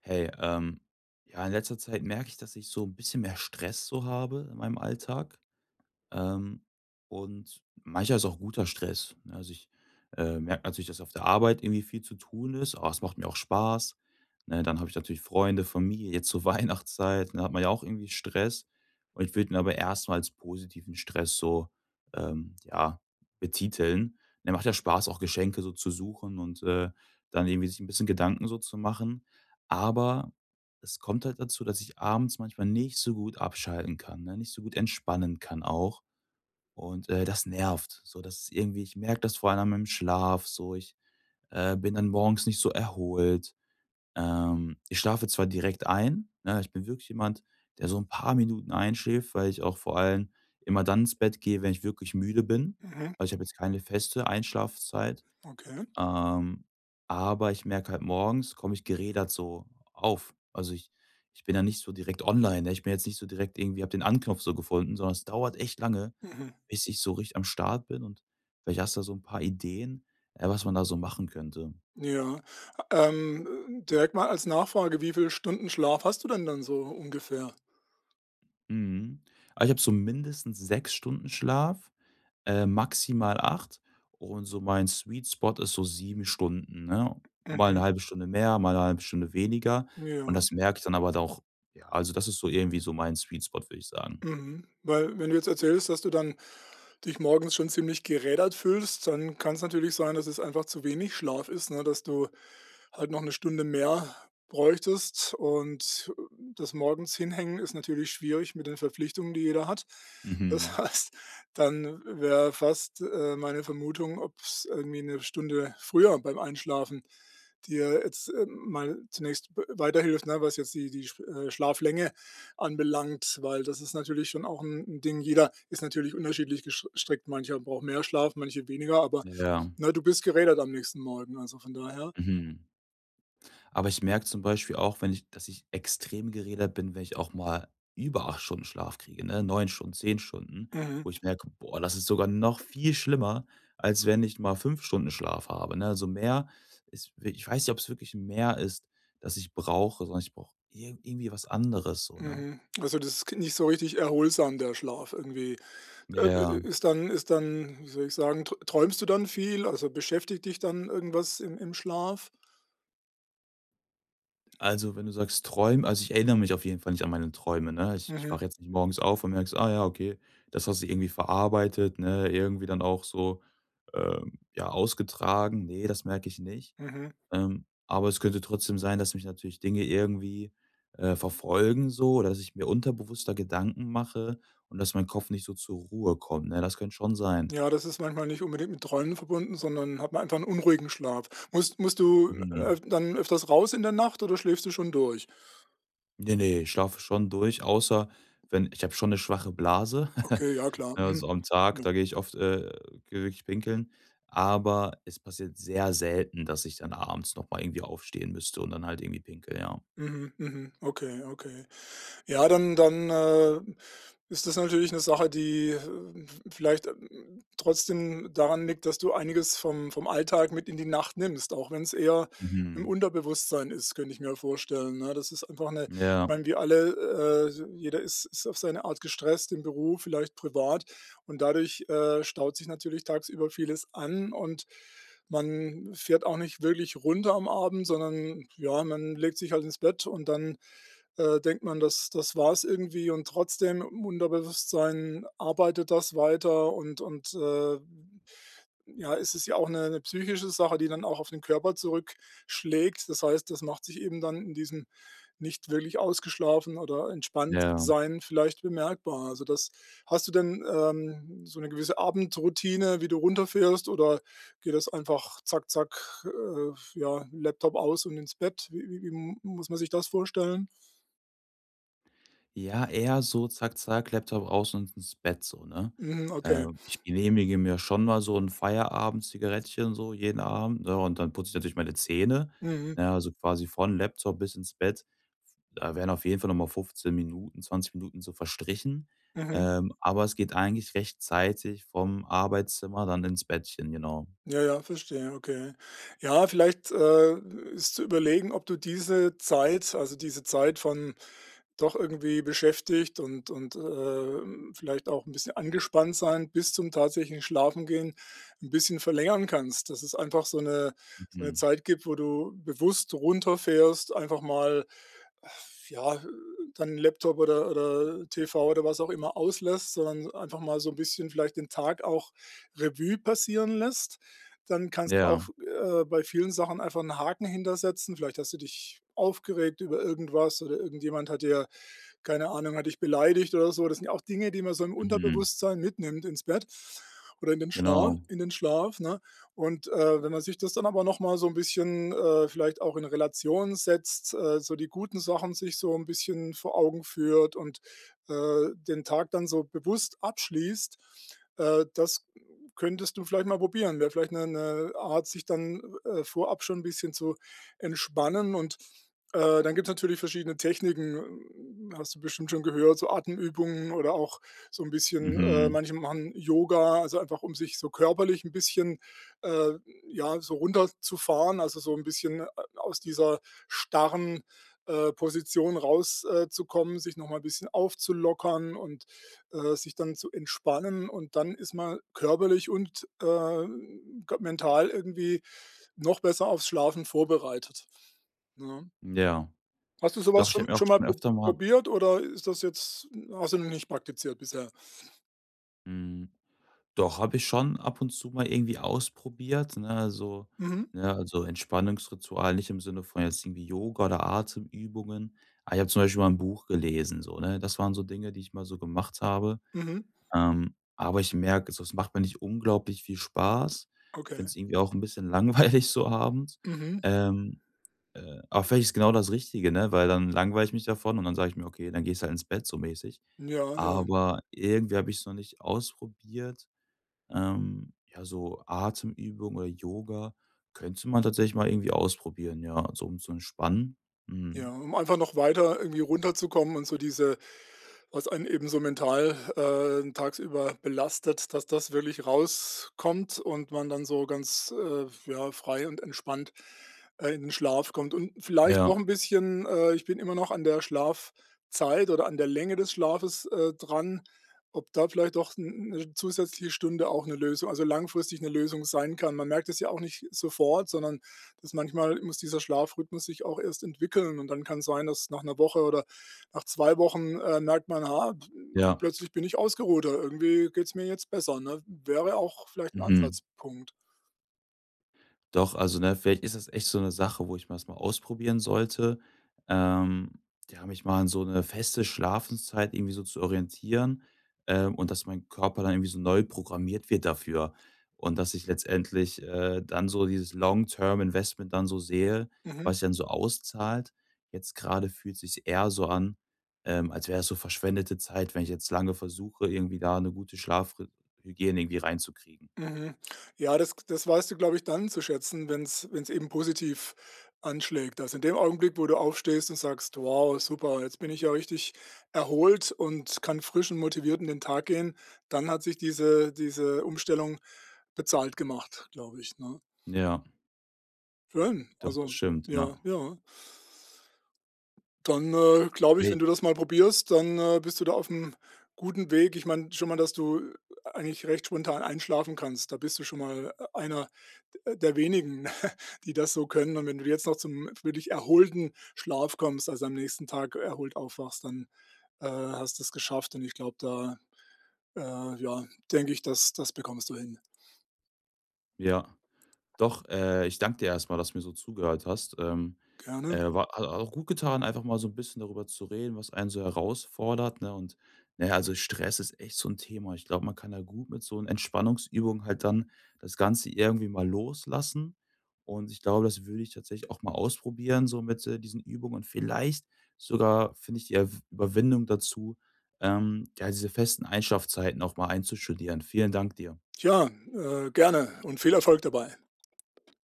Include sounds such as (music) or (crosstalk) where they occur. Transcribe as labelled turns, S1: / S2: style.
S1: Hey, ja, in letzter Zeit merke ich, dass ich so ein bisschen mehr Stress so habe in meinem Alltag. Ähm, und manchmal ist auch guter Stress, ne? Also, ich, merke natürlich, dass auf der Arbeit irgendwie viel zu tun ist, aber es macht mir auch Spaß, ne? Dann habe ich natürlich Freunde, Familie, jetzt zur (laughs) Weihnachtszeit, ne, hat man ja auch irgendwie Stress. Und ich würde ihn aber erstmal als positiven Stress so, ähm, ja, betiteln. Ne, macht ja Spaß, auch Geschenke so zu suchen und, dann irgendwie sich ein bisschen Gedanken so zu machen. Aber es kommt halt dazu, dass ich abends manchmal nicht so gut abschalten kann, ne, nicht so gut entspannen kann auch. Und, das nervt, so dass irgendwie ich merke das vor allem an meinem Schlaf so. Ich, bin dann morgens nicht so erholt. Ich schlafe zwar direkt ein, ne? Ich bin wirklich jemand, der so ein paar Minuten einschläft, weil ich auch vor allem immer dann ins Bett gehe, wenn ich wirklich müde bin.
S2: Mhm,
S1: Also, ich habe jetzt keine feste Einschlafzeit,
S2: okay.
S1: ähm, aber ich merke halt, morgens komme ich gerädert so auf. Also, ich bin da nicht so direkt online, ne? Ich bin jetzt nicht so direkt irgendwie, habe den Anknopf so gefunden, sondern es dauert echt lange,
S2: Mhm.
S1: bis ich so richtig am Start bin und vielleicht hast du da so ein paar Ideen, was man da so machen könnte.
S2: Ja. Direkt mal als Nachfrage, wie viele Stunden Schlaf hast du denn dann so ungefähr?
S1: Mhm. Also, ich habe so mindestens 6 Stunden Schlaf, maximal 8 und so mein Sweet Spot ist so 7 Stunden, ne? Mal eine
S2: Mhm.
S1: halbe Stunde mehr, mal eine halbe Stunde weniger, und
S2: Ja.
S1: das merke ich dann aber da auch, ja, also, das ist so irgendwie so mein Sweet Spot, würde ich sagen.
S2: Mhm. Weil wenn du jetzt erzählst, dass du dann dich morgens schon ziemlich gerädert fühlst, dann kann es natürlich sein, dass es einfach zu wenig Schlaf ist, ne, dass du halt noch eine Stunde mehr bräuchtest. Das morgens hinhängen ist natürlich schwierig mit den Verpflichtungen, die jeder hat. Das (laughs)
S1: Mhm.
S2: heißt, dann wäre fast, meine Vermutung, ob es irgendwie eine Stunde früher beim Einschlafen dir jetzt, mal zunächst b weiterhilft, ne, was jetzt die Schlaflänge anbelangt, weil das ist natürlich schon auch ein 'n Ding. Jeder ist natürlich unterschiedlich gesch strickt. Mancher braucht mehr Schlaf, manche weniger, aber,
S1: Ja,
S2: na, du bist gerädert am nächsten Morgen, also von daher
S1: mhm. Aber ich merke zum Beispiel auch, wenn ich, dass ich extrem geredet bin, wenn ich auch mal über 8 Stunden Schlaf kriege, ne? 9 Stunden, 10 Stunden,
S2: mhm,
S1: wo ich merke: „Boah, das ist sogar noch viel schlimmer, als wenn ich mal 5 Stunden Schlaf habe“, ne? Also, mehr ist, ich weiß nicht, ob es wirklich mehr ist, das ich brauche, sondern ich brauche ir irgendwie was anderes so, ne?
S2: mhm. Also, das ist nicht so richtig erholsam, der Schlaf irgendwie. Äh,
S1: Ja.
S2: Ist dann ist dann wie soll ich sagen, träumst du dann viel? Also, beschäftigt dich dann irgendwas im Schlaf?
S1: Also, wenn du sagst Träumen, also, ich erinnere mich auf jeden Fall nicht an meine Träume, ne? Ich
S2: Mhm,
S1: wache jetzt nicht morgens auf und merke so: „Ah ja, okay, das hast du irgendwie verarbeitet, ne, irgendwie dann auch so, ja, ausgetragen.“ Ne, das merke ich nicht.
S2: mhm.
S1: Aber es könnte trotzdem sein, dass mich natürlich Dinge irgendwie, verfolgen so, oder dass ich mir unterbewusster Gedanken mache und dass mein Kopf nicht so zur Ruhe kommt, ne? Das könnte schon sein.
S2: Ja, das ist manchmal nicht unbedingt mit Träumen verbunden, sondern hat man einfach einen unruhigen Schlaf. Musst du,
S1: Mhm.
S2: dann öfters raus in der Nacht oder schläfst du schon durch?
S1: Ne, ne, ich schlafe schon durch, außer wenn ich, habe schon 'ne schwache Blase,
S2: Okay,
S1: (laughs)
S2: ja klar.
S1: ne,
S2: Mhm.
S1: so am Tag,
S2: Ja.
S1: da gehe ich oft, gehe wirklich pinkeln. Aber es passiert sehr selten, dass ich dann abends noch mal irgendwie aufstehen müsste und dann halt irgendwie pinkel, ja.
S2: Mhm, mhm. Okay, okay. Ja, dann ist das natürlich eine Sache, die, vielleicht, trotzdem daran liegt, dass du einiges vom Alltag mit in die Nacht nimmst, auch wenn es eher im
S1: Mhm.
S2: Unterbewusstsein ist, könnte ich mir vorstellen, ne? Das ist einfach eine, ich
S1: Ja,
S2: meine, wir alle, jeder ist auf seine Art gestresst im Beruf, vielleicht privat und dadurch, staut sich natürlich tagsüber vieles an und man fährt auch nicht wirklich runter am Abend, sondern ja, man legt sich halt ins Bett und dann denkt man, das war es irgendwie und trotzdem im Unterbewusstsein arbeitet das weiter und ja, es ist ja auch eine 'ne psychische Sache, die dann auch auf den Körper zurückschlägt. Das heißt, das macht sich eben dann in diesem nicht wirklich ausgeschlafen oder entspannt
S1: ja.
S2: sein vielleicht bemerkbar. Also, das hast du denn, so eine gewisse Abendroutine, wie du runterfährst oder geht das einfach zack, zack, ja, Laptop aus und ins Bett? Wie muss man sich das vorstellen?
S1: Ja, eher so zack, zack, Laptop aus und ins Bett so, ne?
S2: Mhm, okay.
S1: Ich genehmige mir schon mal so 'n Feierabend-Zigarettchen so jeden Abend, ne, und dann putze ich natürlich meine Zähne,
S2: Mhm,
S1: ne, also quasi von Laptop bis ins Bett. Da wären auf jeden Fall noch mal 15 Minuten, 20 Minuten so verstrichen.
S2: mhm.
S1: Aber es geht eigentlich rechtzeitig vom Arbeitszimmer dann ins Bettchen, genau.
S2: Ja, ja, verstehe, okay. Ja, vielleicht, ist zu überlegen, ob du diese Zeit, also diese Zeit von doch irgendwie beschäftigt und vielleicht auch ein bisschen angespannt sein bis zum tatsächlichen Schlafengehen ein bisschen verlängern kannst, dass es einfach so eine
S1: Mhm.
S2: Zeit gibt, wo du bewusst runterfährst, einfach mal, ja, deinen Laptop oder TV oder was auch immer auslässt, sondern einfach mal so ein bisschen vielleicht den Tag auch Revue passieren lässt. Dann kannst du
S1: Ja.
S2: auch, bei vielen Sachen einfach einen Haken hintersetzen. Vielleicht hast du dich aufgeregt über irgendwas oder irgendjemand hat dir keine Ahnung, hat dich beleidigt oder so. Das sind ja auch Dinge, die man so im
S1: Mhm.
S2: Unterbewusstsein mitnimmt ins Bett oder
S1: Genau.
S2: in den Schlaf, ne? Und, wenn man sich das dann aber noch mal so ein bisschen, vielleicht auch in Relation setzt, so die guten Sachen sich so ein bisschen vor Augen führt und, den Tag dann so bewusst abschließt, das könntest du vielleicht mal probieren. Wäre vielleicht eine 'ne Art, sich dann, vorab schon ein bisschen zu entspannen und, dann gibt es natürlich verschiedene Techniken, hast du bestimmt schon gehört, so Atemübungen oder auch so ein bisschen
S1: Mhm.
S2: manche machen Yoga, also einfach, um sich so körperlich ein bisschen, äh, ja, so runterzufahren, also so ein bisschen, aus dieser starren, Position rauszukommen, sich noch mal 'n bisschen aufzulockern und, sich dann zu entspannen und dann ist man körperlich und, g mental irgendwie noch besser aufs Schlafen vorbereitet, ne?
S1: Ja.
S2: Hast du sowas
S1: Doch, ich
S2: schon
S1: habe mir auch
S2: schon mal
S1: schon öfter mal,
S2: probiert oder ist das jetzt hast du noch nicht praktiziert bisher?
S1: hm, doch, habe ich schon ab und zu mal irgendwie ausprobiert, ne? Also
S2: Mhm,
S1: ne, also Entspannungsritual nicht im Sinne von jetzt irgendwie Yoga oder Atemübungen. Aber ich habe zum Beispiel mal ein Buch gelesen so, ne? Das waren so Dinge, die ich mal so gemacht habe.
S2: mhm,
S1: Aber ich merke, so, es macht mir nicht unglaublich viel Spaß. Ich
S2: okay.
S1: finde es irgendwie auch ein bisschen (laughs) langweilig so abends.
S2: Mhm,
S1: Ähm, aber vielleicht ist genau das Richtige, ne, weil dann langweile ich mich davon und dann sage ich mir: „Okay, dann gehst du halt ins Bett“, so mäßig.
S2: ja, ja.
S1: Aber irgendwie habe ich es noch nicht ausprobiert. Ja, so Atemübungen oder Yoga könnte man tatsächlich mal irgendwie ausprobieren, ja, so um zu entspannen.
S2: Ja,
S1: Mhm.
S2: um einfach noch weiter irgendwie runterzukommen und so diese was einen eben so mental, tagsüber belastet, dass das wirklich rauskommt und man dann so ganz, ja, frei und entspannt, in den Schlaf kommt und vielleicht
S1: Ja,
S2: auch ein bisschen ich bin immer noch an der Schlafzeit oder an der Länge des Schlafes, dran, ob da vielleicht doch 'n 'ne zusätzliche Stunde auch eine Lösung also langfristig eine Lösung sein kann. Man merkt es ja auch nicht sofort, sondern das manchmal muss dieser Schlafrhythmus sich auch erst entwickeln und dann kann es sein, dass nach einer Woche oder nach 2 Wochen, merkt man: „Ha, p
S1: ja.
S2: plötzlich bin ich ausgeruhter, irgendwie geht's mir jetzt besser“, ne? Wäre auch vielleicht ein
S1: Mhm.
S2: Ansatzpunkt.
S1: Doch, also, ne, vielleicht ist das echt so eine Sache, wo ich mir das mal ausprobieren sollte, ähm, ja, mich mal an so eine feste Schlafenszeit irgendwie so zu orientieren, und dass mein Körper dann irgendwie so neu programmiert wird dafür und dass ich letztendlich, dann so dieses Long-Term-Investment dann so sehe,
S2: Mhm.
S1: was sich dann so auszahlt. Jetzt gerade fühlt es sich eher so an, als wäre es so verschwendete Zeit, wenn ich jetzt lange versuche, irgendwie da eine gute Schlafhygiene irgendwie reinzukriegen.
S2: Mhm. Ja, das weißt du, glaube ich, dann zu schätzen, wenn es eben positiv anschlägt. Also, in dem Augenblick, wo du aufstehst und sagst: „Wow, super, jetzt bin ich ja richtig erholt und kann frisch und motiviert in den Tag gehen“, dann hat sich diese Umstellung bezahlt gemacht, glaube ich, ne?
S1: Ja,
S2: Schön,
S1: doch, das
S2: also
S1: stimmt, ja.
S2: ja, ja. Dann, glaube ich, wenn du das mal probierst, dann, bist du da auf einem guten Weg. Ich meine schon mal, dass du eigentlich recht spontan einschlafen kannst. Da bist du schon mal einer der wenigen, (laughs) die das so können. Und wenn du jetzt noch zum wirklich erholten Schlaf kommst, also am nächsten Tag erholt aufwachst, dann, hast du es geschafft. Und ich glaube, da, ja, denke ich, dass das bekommst du hin.
S1: Ja, doch, ich danke dir erstmal, dass du mir so zugehört hast.
S2: Gerne.
S1: War, hat auch gut getan, einfach mal so ein bisschen darüber zu reden, was einen so herausfordert, ne? Und, na ja, also Stress ist echt so ein Thema. Ich glaube, man kann da gut mit so einer Entspannungsübung halt dann das Ganze irgendwie mal loslassen. Und ich glaube, das würde ich tatsächlich auch mal ausprobieren, so mit, diesen Übungen. Und vielleicht sogar finde ich die Erw Überwindung dazu, ja, diese festen Einschlafzeiten auch mal einzustudieren. Vielen Dank dir.
S2: Ja, gerne und viel Erfolg dabei.